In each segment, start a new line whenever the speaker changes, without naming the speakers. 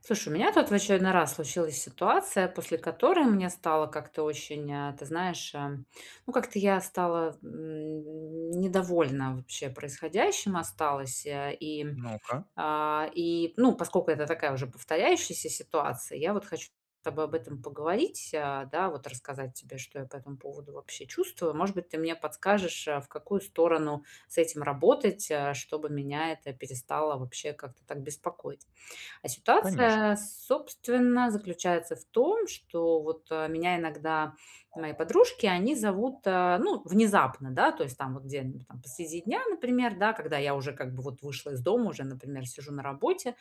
Слушай, у меня тут в очередной раз случилась ситуация, после которой мне стало как-то очень, ты знаешь, ну как-то я стала недовольна вообще происходящим осталась. э, И,
Ну-ка,
а, и, ну, поскольку это такая уже повторяющаяся ситуация, я вот хочу с тобой об этом поговорить, да, вот рассказать тебе, что я по этому поводу вообще чувствую. Может быть, ты мне подскажешь, в какую сторону с этим работать, чтобы меня это перестало вообще как-то так беспокоить. А
конечно.
ситуация, собственно, заключается в том, что вот, меня иногда мои подружки, они зовут, ну, внезапно, да, то есть там вот где-нибудь там посреди дня, например, да, когда я уже как бы вот вышла из дома, уже, например, сижу на работе,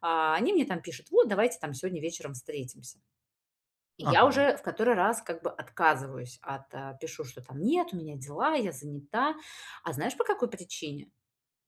они мне там пишут: "Вот, давайте там сегодня вечером встретимся". И я
Ага.
уже в который раз как бы пишу, что там: "Нет, у меня дела, я занята". А знаешь, по какой причине?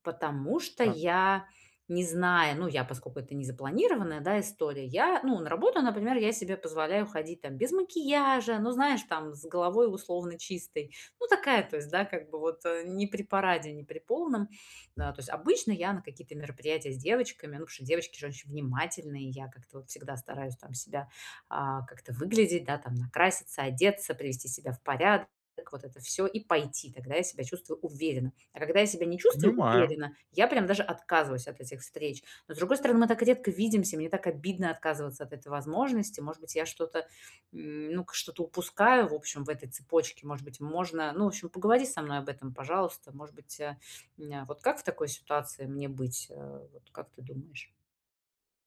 Потому что
Да.
я, не знаю, ну, я, поскольку это не запланированная, да, история, я, ну, на работу, например, я себе позволяю ходить там без макияжа, ну, знаешь, там с головой условно чистой. Ну, такая, то есть, да, как бы вот не при параде, не при полном. Да, то есть обычно я на какие-то мероприятия с девочками, ну, потому что девочки же очень внимательные, я как-то вот всегда стараюсь там себя как-то выглядеть, да, там накраситься, одеться, привести себя в порядок так вот это все и пойти. Тогда я себя чувствую уверенно. А когда я себя не чувствую
Понимаю.
уверенно, я прям даже отказываюсь от этих встреч. Но, с другой стороны, мы так редко видимся, мне так обидно отказываться от этой возможности. Может быть, я что-то, ну, к что-то упускаю, в общем, в этой цепочке. Может быть, можно ну, в общем, поговори со мной об этом, пожалуйста. Может быть, э, м, а вот как в такой ситуации мне быть? Э, вот как ты думаешь?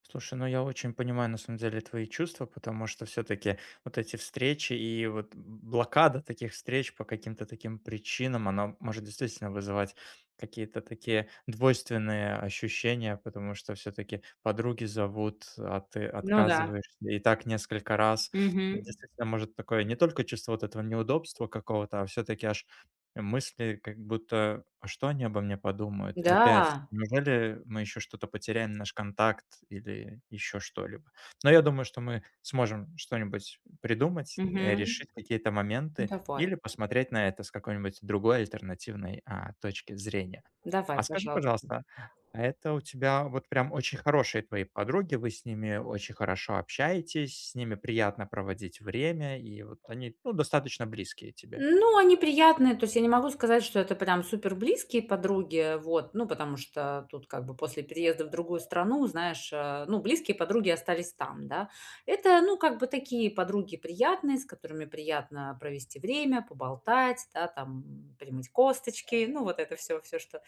Слушай, ну я очень понимаю на самом деле твои чувства, потому что все-таки вот эти встречи и вот блокада таких встреч по каким-то таким причинам, она может действительно вызывать какие-то такие двойственные ощущения, потому что все-таки подруги зовут, а ты
Ну да.
отказываешься. И так несколько раз
Мгм.
действительно может такое не только чувство вот этого неудобства какого-то, а все-таки аж мысли, как будто: "А что они обо мне подумают? И опять,
Да.
неужели мы еще что-то потеряем, наш контакт или еще что-либо?" Но я думаю, что мы сможем что-нибудь придумать,
Мгм.
решить какие-то моменты
Давай.
или посмотреть на это с какой-нибудь другой альтернативной, точки зрения.
Давай,
А скажи,
пожалуйста.
пожалуйста, а это у тебя вот прям очень хорошие твои подруги, вы с ними очень хорошо общаетесь, с ними приятно проводить время, и вот они, ну, достаточно близкие тебе?
Ну, они приятные, то есть я не могу сказать, что это прям супер близкие подруги, вот, ну, потому что тут как бы после переезда в другую страну, знаешь, ну, близкие подруги остались там, да. Это, ну, как бы такие подруги приятные, с которыми приятно провести время, поболтать, да, там, примыть косточки, ну, вот это все, все, что,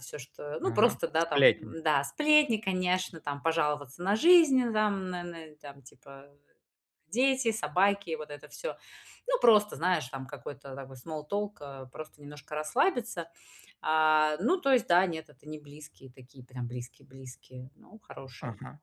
все, что, ну,
Ага,
просто, да, там,
сплетницы.
да, сплетни, конечно, там, пожаловаться на жизнь, там, там, типа, дети, собаки, вот это все. Ну, просто, знаешь, там какой-то такой small talk, просто немножко расслабиться. Ну, то есть, да, нет, это не близкие такие, прям близкие-близкие, ну хорошие.
Ага,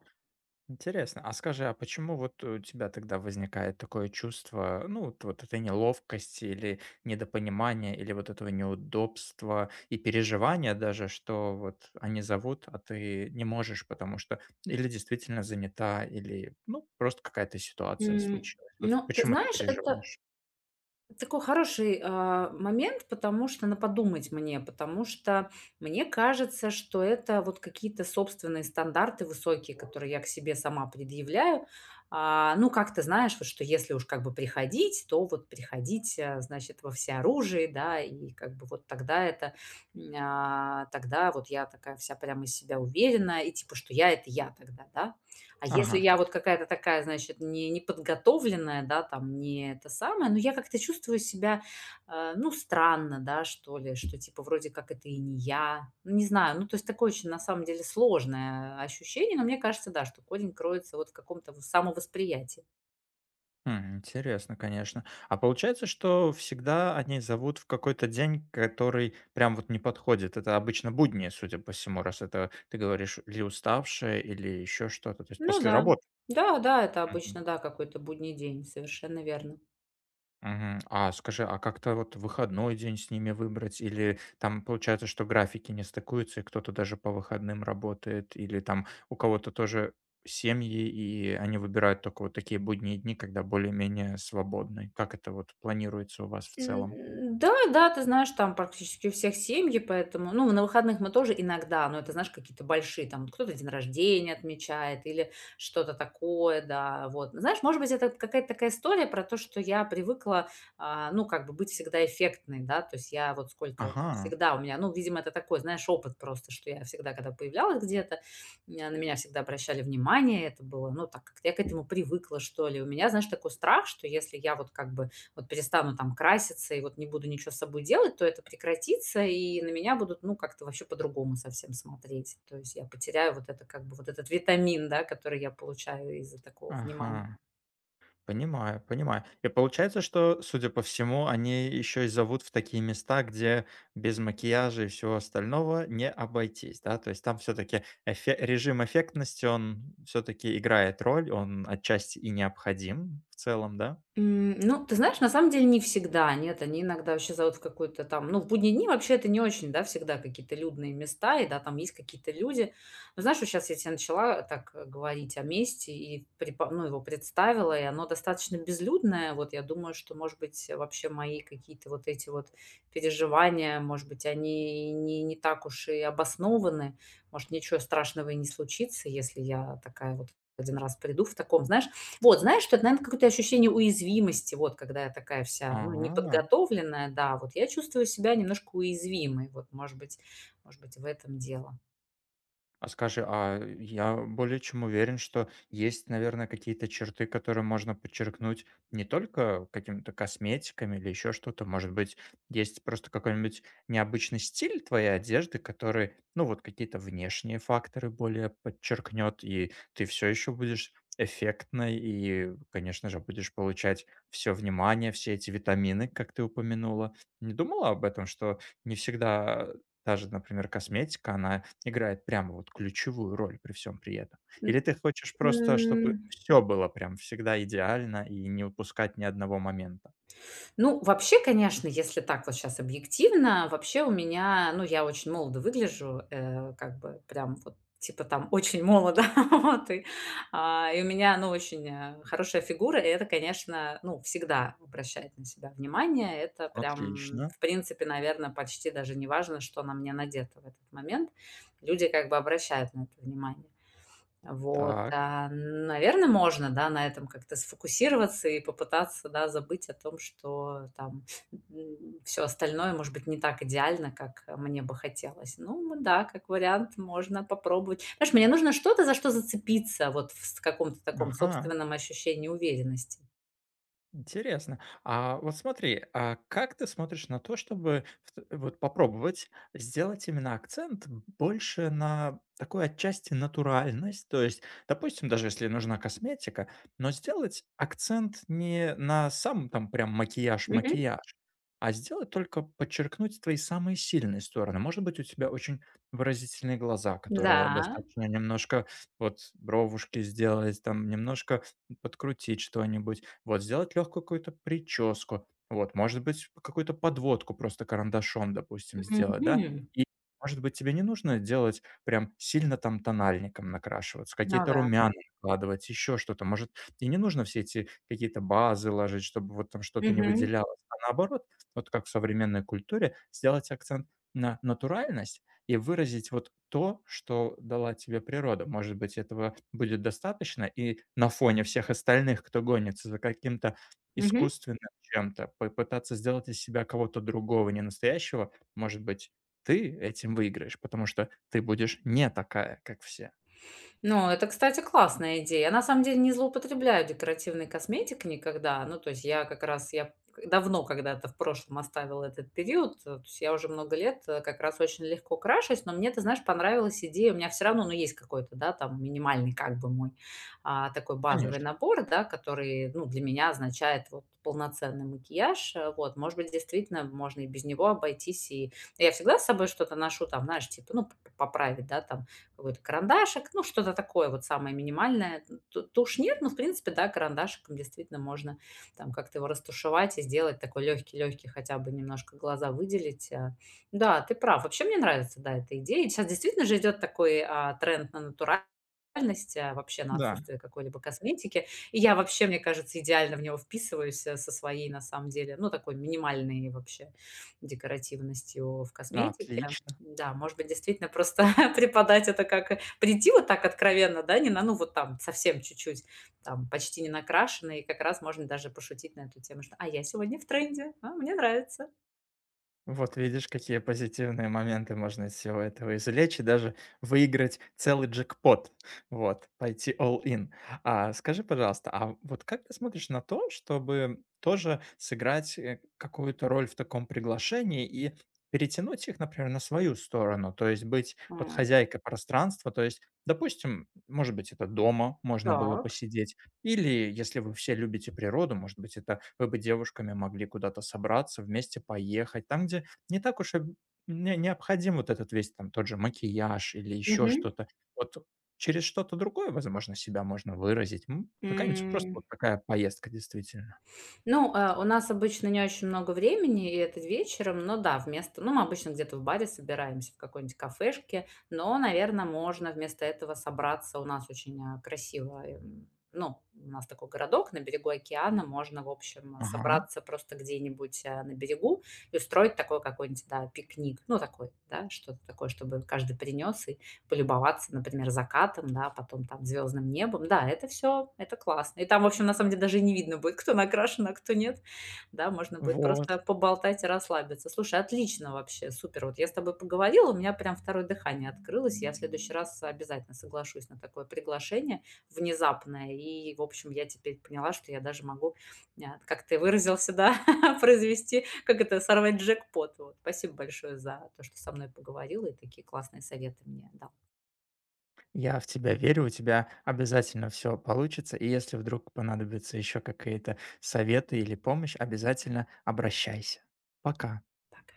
интересно. А скажи, а почему вот у тебя тогда возникает такое чувство, ну, вот, вот этой неловкости или недопонимания, или вот этого неудобства и переживания даже, что вот они зовут, а ты не можешь, потому что или действительно занята, или, ну, просто какая-то ситуация
М,
случилась. Вот
ну, ты
почему ты
знаешь, это
переживаешь?
такой хороший, момент, потому что на подумать мне, потому что мне кажется, что это вот какие-то собственные стандарты высокие, которые я к себе сама предъявляю. Ну, как ты знаешь, вот что если уж как бы приходить, то вот приходить, значит, во всеоружии, да, и как бы вот тогда это, тогда вот я такая вся прям из себя уверенная, и типа, что это я тогда, да. А если
Ага.
я вот какая-то такая, значит, не неподготовленная, да, там, не это самое, но я как-то чувствую себя, ну, странно, да, что ли, что типа вроде как это и не я. Ну, не знаю, ну, то есть такое очень на самом деле сложное ощущение, но мне кажется, да, что корень кроется вот в каком-то в самовосприятии.
Интересно, конечно. А получается, что всегда они зовут в какой-то день, который прям вот не подходит. Это обычно будни, судя по всему, раз это ты говоришь, или уставшая, или еще что-то. То есть
Ну
после
да.
работы.
Да, да, это
Мгм.
обычно, да, какой-то будний день, совершенно верно.
Мгм. А скажи, а как-то вот выходной день с ними выбрать? Или там получается, что графики не стыкуются, и кто-то даже по выходным работает, или там у кого-то тоже семьи, и они выбирают только вот такие будние дни, когда более-менее свободны. Как это вот планируется у вас в целом?
Да, да, ты знаешь, там практически у всех семьи, поэтому, ну, на выходных мы тоже иногда, но это, знаешь, какие-то большие, там, кто-то день рождения отмечает или что-то такое, да, вот. Знаешь, может быть, это какая-то такая история про то, что я привыкла, ну, как бы быть всегда эффектной, да, то есть я вот сколько
Ага,
всегда у меня, ну, видимо, это такой, знаешь, опыт просто, что я всегда, когда появлялась где-то, на меня всегда обращали внимание, это было, ну, так как я к этому привыкла, что ли. У меня, знаешь, такой страх, что если я вот как бы вот перестану там краситься и вот не буду ничего с собой делать, то это прекратится, и на меня будут, ну, как-то вообще по-другому совсем смотреть. То есть я потеряю вот это, как бы, вот этот витамин, да, который я получаю из-за такого внимания.
ага. Понимаю, понимаю. И получается, что, судя по всему, они еще и зовут в такие места, где без макияжа и всего остального не обойтись, да? То есть там все-таки режим эффектности, он все-таки играет роль, он отчасти и необходим в целом, да?
Ну, ты знаешь, на самом деле не всегда. Нет, они иногда вообще зовут в какую-то там, ну, в будние дни вообще это не очень, да, всегда какие-то людные места, и да, там есть какие-то люди. Но знаешь, вот сейчас я тебе начала так говорить о месте и ну, его представила, и оно достаточно безлюдное. Вот я думаю, что, может быть, вообще мои какие-то вот эти вот переживания, может быть, они не так уж и обоснованы. Может, ничего страшного и не случится, если я такая вот один раз приду в таком, знаешь, вот, знаешь, что это, наверное, какое-то ощущение уязвимости, вот когда я такая вся, ну,
А.
неподготовленная, да, вот я чувствую себя немножко уязвимой, может быть, в этом дело.
А скажи, а я более чем уверен, что есть, наверное, какие-то черты, которые можно подчеркнуть не только какими-то косметиками или еще что-то. Может быть, есть просто какой-нибудь необычный стиль твоей одежды, который, ну, вот какие-то внешние факторы более подчеркнет, и ты все еще будешь эффектной, и, конечно же, будешь получать все внимание, все эти витамины, как ты упомянула. Не думала об этом, что не всегда та же, например, косметика, она играет прямо вот ключевую роль при всем при этом.
М,
Или ты хочешь просто, чтобы
м.
все было прям всегда идеально и не упускать ни одного момента?
Ну, вообще, конечно, если так вот сейчас объективно, вообще у меня, ну, я очень молодо выгляжу, как бы прям вот типа там очень молодо, вот, и у меня, ну, очень, хорошая фигура, и это, конечно, ну, всегда обращает на себя внимание. Это прям,
Отлично.
в принципе, наверное, почти даже не важно, что на мне надето в этот момент. Люди как бы обращают на это внимание. Вот,
Так.
наверно, можно, да, на этом как-то сфокусироваться и попытаться, да, забыть о том, что там, все остальное, может быть, не так идеально, как мне бы хотелось. Да, как вариант, можно попробовать. Знаешь, мне нужно что-то, за что зацепиться вот в с каком-то таком
Ага.
собственном ощущении уверенности.
Интересно. А вот смотри, а как ты смотришь на то, чтобы в вот попробовать сделать именно акцент больше на такой отчасти натуральность? То есть, допустим, даже если нужна косметика, но сделать акцент не на сам там прям
Мгм.
макияж-макияж, а сделать только подчеркнуть твои самые сильные стороны. Может быть, у тебя очень выразительные глаза, которые
Да.
достаточно немножко вот бровушки сделать, там немножко подкрутить что-нибудь, вот, сделать легкую какую-то прическу, вот, может быть, какую-то подводку просто карандашом, допустим, сделать, да.
Мгм.
И, может быть, тебе не нужно делать прям сильно там тональником накрашиваться,
Ну
какие-то
да.
румяна накладывать, еще что-то. Может, и не нужно все эти какие-то базы ложить, чтобы вот там что-то не
Мгм.
выделялось. А наоборот, вот как в современной культуре, сделать акцент на натуральность, и выразить вот то, что дала тебе природа. Может быть, этого будет достаточно, и на фоне всех остальных, кто гонится за каким-то
Мгм.
искусственным чем-то, попытаться сделать из себя кого-то другого, не настоящего, может быть, ты этим выиграешь, потому что ты будешь не такая, как все.
Ну, это, кстати, классная идея. Я на самом деле не злоупотребляю декоративной косметикой никогда. Ну, то есть я как раз, давно когда-то в прошлом оставила этот период. То есть я уже много лет как раз очень легко крашусь, но мне, ты знаешь, понравилась идея. У меня все равно, ну, есть какой-то, да, там минимальный как бы мой такой базовый
Конечно.
набор, да, который, ну, для меня означает вот полноценный макияж. Э, вот, может быть, действительно можно и без него обойтись. И я всегда с собой что-то ношу, там, знаешь, типа, ну, поправить, да, там, какой-то карандашик, ну, что-то такое вот самое минимальное. Тушь нет, но, в принципе, да, карандашиком действительно можно там как-то его растушевать и сделать такой легкий-легкий, хотя бы немножко глаза выделить. Да, ты прав. Вообще мне нравится, да, эта идея. Сейчас действительно же идет такой тренд на натуральность, вообще на
Да.
отсутствие какой-либо косметики. И я вообще, мне кажется, идеально в него вписываюсь со своей, на самом деле, ну, такой минимальной вообще декоративностью в косметике.
Отлично.
Да, может быть, действительно просто преподать это как прийти вот так откровенно, да, не на, ну вот там совсем чуть-чуть, там почти не накрашенный, и как раз можно даже пошутить на эту тему, что «а я сегодня в тренде, мне нравится».
Вот видишь, какие позитивные моменты можно из всего этого извлечь и даже выиграть целый джекпот. Вот, пойти all in. А скажи, пожалуйста, а вот как ты смотришь на то, чтобы тоже сыграть какую-то роль в таком приглашении и перетянуть их, например, на свою сторону, то есть быть вот
М.
хозяйкой пространства, то есть, допустим, может быть, это дома можно было
Так.
посидеть, или, если вы все любите природу, может быть, это вы бы девушками могли куда-то собраться, вместе поехать, там, где не так уж и не необходим вот этот весь там тот же макияж или еще
Мгм.
что-то. Вот через что-то другое, возможно, себя можно выразить. Какая-нибудь просто
М.
вот такая поездка действительно.
Ну, у нас обычно не очень много времени, и это вечером, но да, вместо ну, мы обычно где-то в баре собираемся, в какой-нибудь кафешке, но, наверное, можно вместо этого собраться. У нас очень, красиво, ну, у нас такой городок на берегу океана, можно, в общем,
Ага.
собраться просто где-нибудь, на берегу и устроить такой какой-нибудь, да, пикник. Ну, такой, да, что-то такое, чтобы каждый принес и полюбоваться, например, закатом, да, потом там звездным небом. Да, это все, это классно. И там, в общем, на самом деле даже и не видно будет, кто накрашен, а кто нет. Да, можно будет просто
Вот.
поболтать и расслабиться. Слушай, отлично вообще, супер. Вот я с тобой поговорила, у меня прям второе дыхание открылось. Я в следующий раз обязательно соглашусь на такое приглашение внезапное. И, в общем, я теперь поняла, что я даже могу, как ты выразился, да, произвести, как это, сорвать джекпот. Вот. Спасибо большое за то, что со мной поговорила и такие классные советы мне дал.
Я в тебя верю, у тебя обязательно все получится. И если вдруг понадобятся еще какие-то советы или помощь, обязательно обращайся. Пока.
Пока.